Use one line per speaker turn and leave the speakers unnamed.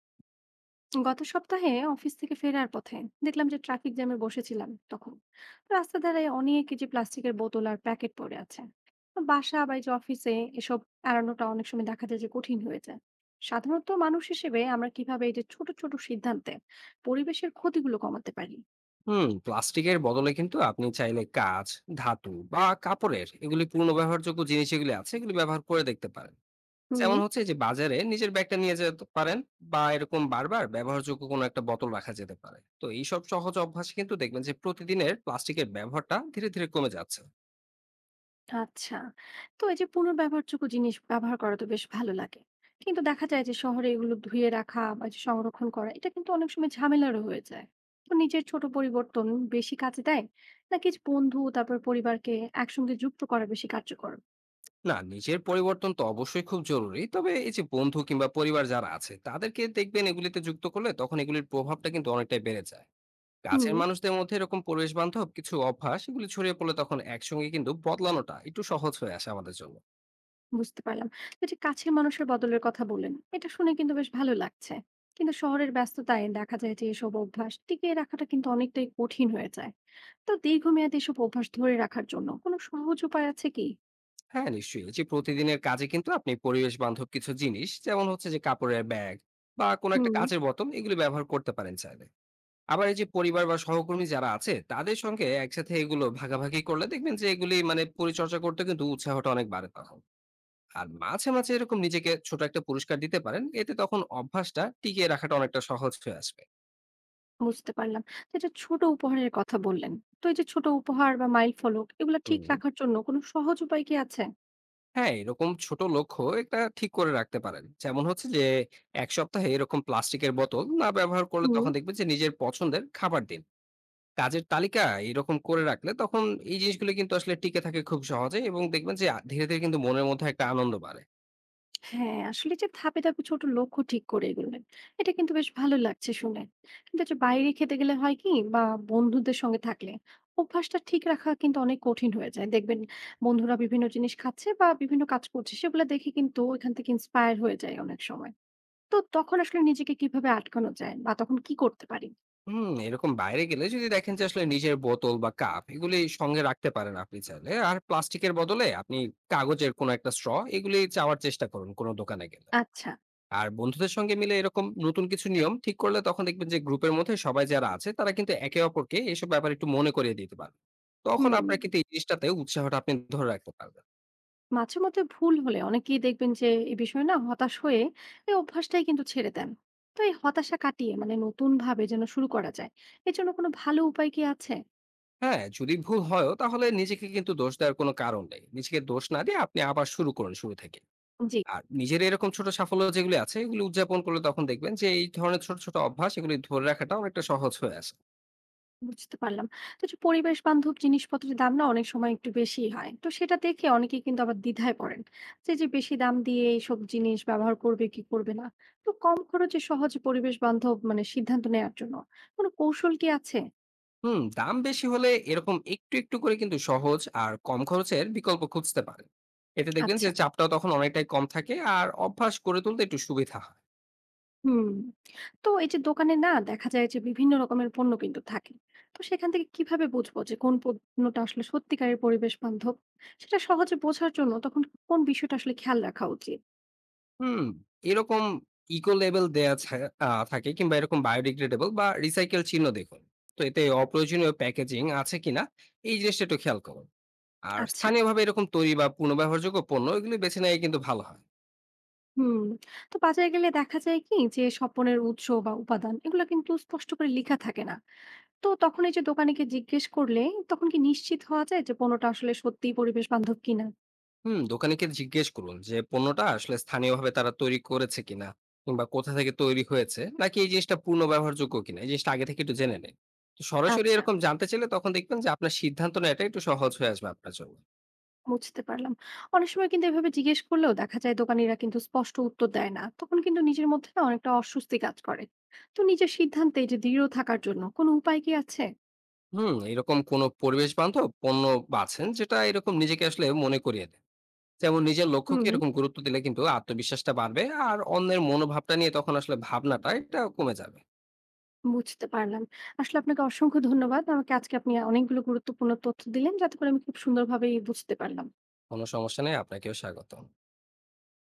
গত সপ্তাহে অফিস থেকে ফেরার পথে দেখলাম যে ট্রাফিক জ্যামে বসেছিলাম তখন রাস্তা ধারে অনেক এই যে প্লাস্টিকের বোতল আর প্যাকেট পড়ে আছে। তো বাসা বা এই যে অফিসে এসব এড়ানোটা অনেক সময় দেখা যায় যে কঠিন হয়ে যায়। সাধারণত মানুষ হিসেবে আমরা কিভাবে এই যে ছোট ছোট সিদ্ধান্তে পরিবেশের ক্ষতিগুলো কমাতে পারি?
হুম, প্লাস্টিকের বদলে কিন্তু আপনি চাইলে কাঁচ, ধাতু বা কাপড়ের এগুলি পুনঃ ব্যবহারযোগ্য জিনিস এগুলি আছে, এগুলি ব্যবহার করে দেখতে পারেন।
হুম।
যেমন হচ্ছে যে বাজারে নিজের ব্যাগটা নিয়ে যেতে পারেন, বা এরকম বারবার ব্যবহারযোগ্য কোনো একটা বোতল রাখা যেতে পারে। তো এইসব সহজ অভ্যাস কিন্তু দেখবেন যে প্রতিদিনের প্লাস্টিকের ব্যবহারটা ধীরে ধীরে কমে যাচ্ছে।
আচ্ছা, তো এই যে পুনর্ব্যবহারযোগ্য জিনিস ব্যবহার করা তো বেশ ভালো লাগে, কিন্তু দেখা যায় যে শহরে এগুলো ধুয়ে রাখা বা যে সংরক্ষণ করা এটা কিন্তু অনেক সময় ঝামেলারও হয়ে যায়। তো নিজের ছোট পরিবর্তন বেশি কাজে দেয়, নাকি যে বন্ধু তারপর পরিবারকে একসঙ্গে যুক্ত করা বেশি কার্যকর?
না, নিজের পরিবর্তন তো অবশ্যই খুব জরুরি, তবে এই যে বন্ধু কিংবা পরিবার যারা আছে তাদেরকে দেখবেন এগুলিতে যুক্ত করলে তখন এগুলির প্রভাবটা কিন্তু অনেকটাই বেড়ে যায়।
হুম,
কাছের মানুষদের মধ্যে এরকম পরিবেশ বান্ধব কিছু অভ্যাস এগুলি ছড়িয়ে পড়লে তখন একসঙ্গে কিন্তু বদলানোটা একটু সহজ হয়ে আসে আমাদের জন্য।
বুঝতে পারলাম। তো এই যে কাছের মানুষের বদলের কথা বললেন, এটা শুনে কিন্তু বেশ ভালো লাগছে। কিন্তু শহরের ব্যস্ততায় দেখা যায় যে এসব অভ্যাস টিকিয়ে রাখাটা কিন্তু অনেকটাই কঠিন হয়ে যায়। তো দীর্ঘমেয়াদী এসব অভ্যাস ধরে রাখার জন্য কোনো সহজ উপায় আছে কি?
হ্যাঁ, নিশ্চয়ই এই যে প্রতিদিনের কাজে কিন্তু আপনি পরিবেশ বান্ধব কিছু জিনিস, যেমন হচ্ছে যে কাপড়ের ব্যাগ বা কোনো একটা
হুম,
কাচের বোতল, এগুলি ব্যবহার করতে পারেন চাইলে। আবার এই যে পরিবার বা সহকর্মী যারা আছে তাদের সঙ্গে একসাথে এগুলো ভাগাভাগি করলে দেখবেন যে এগুলি মানে পরিচর্যা করতে কিন্তু উৎসাহটা অনেক বাড়ে তখন। আর মাঝে মাঝে এরকম নিজেকে ছোট একটা পুরস্কার দিতে পারেন, এতে তখন অভ্যাসটা টিকিয়ে রাখাটা অনেকটা সহজ হয়ে আসবে।
বুঝতে পারলাম। তো এই যে ছোট উপহারের কথা বললেন। তো এই যে ছোট উপহার বা মাইল ফলক এগুলা ঠিক
হুম।
রাখার জন্য কোনো সহজ উপায় কি আছে?
হ্যাঁ, এরকম ছোট লক্ষ্য এটা ঠিক করে রাখতে পারেন। যেমন হচ্ছে যে ১ সপ্তাহে এরকম প্লাস্টিকের বোতল না ব্যবহার করলে
হুম।
তখন দেখবেন যে নিজের পছন্দের খাবার দিন। কাজের তালিকা এরকম করে রাখলে তখন এই জিনিসগুলো কিন্তু আসলে টিকে থাকে খুব সহজে, এবং দেখবেন যে ধীরে, ধীরে কিন্তু মনের মধ্যে একটা আনন্দ বাড়ে।
হ্যাঁ, আসলে যে ধাপে, ধাপে ছোট লক্ষ্য ঠিক করে এগোলেন। এটা কিন্তু বেশ ভালো লাগছে শুনে। কিন্তু এই যে বাইরে খেতে গেলে হয় কি, বা বন্ধুদের সঙ্গে থাকলে অভ্যাসটা ঠিক রাখা কিন্তু অনেক কঠিন হয়ে যায়। দেখবেন বন্ধুরা বিভিন্ন জিনিস খাচ্ছে বা বিভিন্ন কাজ করছে, সেগুলা দেখে কিন্তু ওইখান থেকে ইন্সপায়ার হয়ে যায় অনেক সময়। তো তখন আসলে নিজেকে কিভাবে আটকানো যায়, বা তখন কি করতে পারি?
হুম, এরকম বাইরে গেলে যদি দেখেন যে আসলে নিজের বোতল বা কাপ এগুলি সঙ্গে রাখতে পারেন আপনি চাইলে। আর প্লাস্টিকের বদলে আপনি কাগজের কোনো একটা স্ট্র এগুলি চাওয়ার চেষ্টা করুন কোনো দোকানে গেলে।
আচ্ছা,
আর বন্ধুদের সঙ্গে মিলে এরকম নতুন কিছু নিয়ম ঠিক করলে তখন দেখবেন যে গ্রুপের মধ্যে সবাই যারা আছে তারা কিন্তু একে অপরকে এসব ব্যাপারে একটু মনে করিয়ে দিতে পারে। তখন
হুম।
আপনার কিন্তু এই জিনিসটাতে উৎসাহটা আপনি ধরে রাখতে পারবেন।
মাঝে মধ্যে ভুল হলে অনেকেই দেখবেন যে এই বিষয়ে না হতাশ হয়ে এই অভ্যাসটাই কিন্তু ছেড়ে দেন। তো এই হতাশা কাটিয়ে মানে নতুন ভাবে যেন শুরু করা যায়, এর জন্য কোনো ভালো উপায় কি আছে?
হ্যাঁ, যদি ভুল হয় তাহলে নিজেকে কিন্তু দোষ দেওয়ার কোনো কারণ নেই। নিজেকে দোষ না দিয়ে আপনি আবার শুরু করুন শুরু থেকে।
জি,
আর নিজের এরকম ছোট সাফল্য যেগুলো আছে এগুলো উদযাপন করলে তখন দেখবেন যে এই ধরনের ছোট ছোট অভ্যাস এগুলি ধরে রাখাটা অনেকটা সহজ হয়ে আসে।
বুঝতে পারলাম। তো যে পরিবেশ বান্ধব জিনিসপত্রের দাম না অনেক সময় একটু বেশি হয়, তো সেটা দেখে অনেকেই কিন্তু আবার দ্বিধায় পড়েন যে যে বেশি দাম দিয়ে এইসব জিনিস ব্যবহার করবে কি করবে না। তো কম খরচে সহজ পরিবেশ বান্ধব মানে সিদ্ধান্ত নেওয়ার জন্য কোনো কৌশল কি আছে?
হুম, দাম বেশি হলে এরকম একটু একটু করে কিন্তু সহজ আর কম খরচের বিকল্প খুঁজতে পারেন। এতে দেখবেন যে
আচ্ছা,
চাপটাও তখন অনেকটাই কম থাকে, আর অভ্যাস গড়ে তুলতে একটু সুবিধা হয়।
হুম। তো এই যে দোকানে না দেখা যায় যে বিভিন্ন রকমের পণ্য কিন্তু থাকে। তো সেখান থেকে কিভাবে বুঝবো যে কোন পণ্যটা আসলে সত্যিকারের পরিবেশ বান্ধব? সেটা সহজে বোঝার জন্য তখন কোন বিষয়টা আসলে খেয়াল রাখা উচিত?
হুম, এরকম ইকো লেবেল দেয়া থাকে কিংবা এরকম বায়োডিগ্রেডেবল বা রিসাইকেল চিহ্ন দেখুন। তো এতে অপ্রয়োজনীয় প্যাকেজিং আছে কিনা এই জিনিসটা একটু খেয়াল করুন। আর
আচ্ছা,
স্থানীয়ভাবে এরকম তৈরি বা পুনর্ব্যবহারযোগ্য পণ্য এগুলি বেছে নেওয়া কিন্তু ভালো হয়।
হুম। তো বাজারে গেলে দেখা যায় কি যে সব পণ্যের উৎস বা উপাদান এগুলো কিন্তু স্পষ্ট করে লেখা থাকে না। তো তখন এই যে দোকানীকে জিজ্ঞেস করলে তখন কি নিশ্চিত হওয়া যায় যে পণ্যটা আসলে সত্যিই পরিবেশ বান্ধব কিনা?
হুম, দোকানীকে জিজ্ঞেস করুন যে পণ্যটা আসলে স্থানীয়ভাবে তারা তৈরি করেছে কিনা, কিংবা কোথা থেকে তৈরি হয়েছে, নাকি এই জিনিসটা পূর্ণ ব্যবহারযোগ্য কিনা, এই জিনিসটা আগে থেকে একটু জেনে নেন। তো সরাসরি
আচ্ছা,
এরকম জানতে চাইলে তখন দেখবেন যে আপনার সিদ্ধান্ত নেওয়াটা একটু সহজ হয়ে আসবে আপনার জন্য।
বুঝতে পারলাম। অনেক সময় কিন্তু এভাবে জিজ্ঞেস করলেও দেখা যায় দোকানিরা কিন্তু স্পষ্ট উত্তর দেয় না। তখন কিন্তু নিজের মধ্যে না অনেকটা অস্বস্তি কাজ করে। তো নিজের সিদ্ধান্তে এই যে দৃঢ় থাকার জন্য কোনো উপায় কি আছে?
হুম, এরকম কোনো পরিবেশ বান্ধব পণ্য বাছেন যেটা এরকম নিজেকে আসলে মনে করিয়ে দেয়। যেমন নিজের লক্ষ্যকে
হুম।
এরকম গুরুত্ব দিলে কিন্তু আত্মবিশ্বাসটা বাড়বে। আর অন্যের মনোভাবটা নিয়ে তখন আসলে ভাবনাটা এটা কমে যাবে।
বুঝতে পারলাম। আসলে আপনাকে অসংখ্য ধন্যবাদ। আমাকে আজকে আপনি অনেকগুলো গুরুত্বপূর্ণ তথ্য দিলেন যাতে করে আমি খুব সুন্দরভাবেই বুঝতে পারলাম।
কোনো সমস্যা নেই, আপনাকেও স্বাগতম।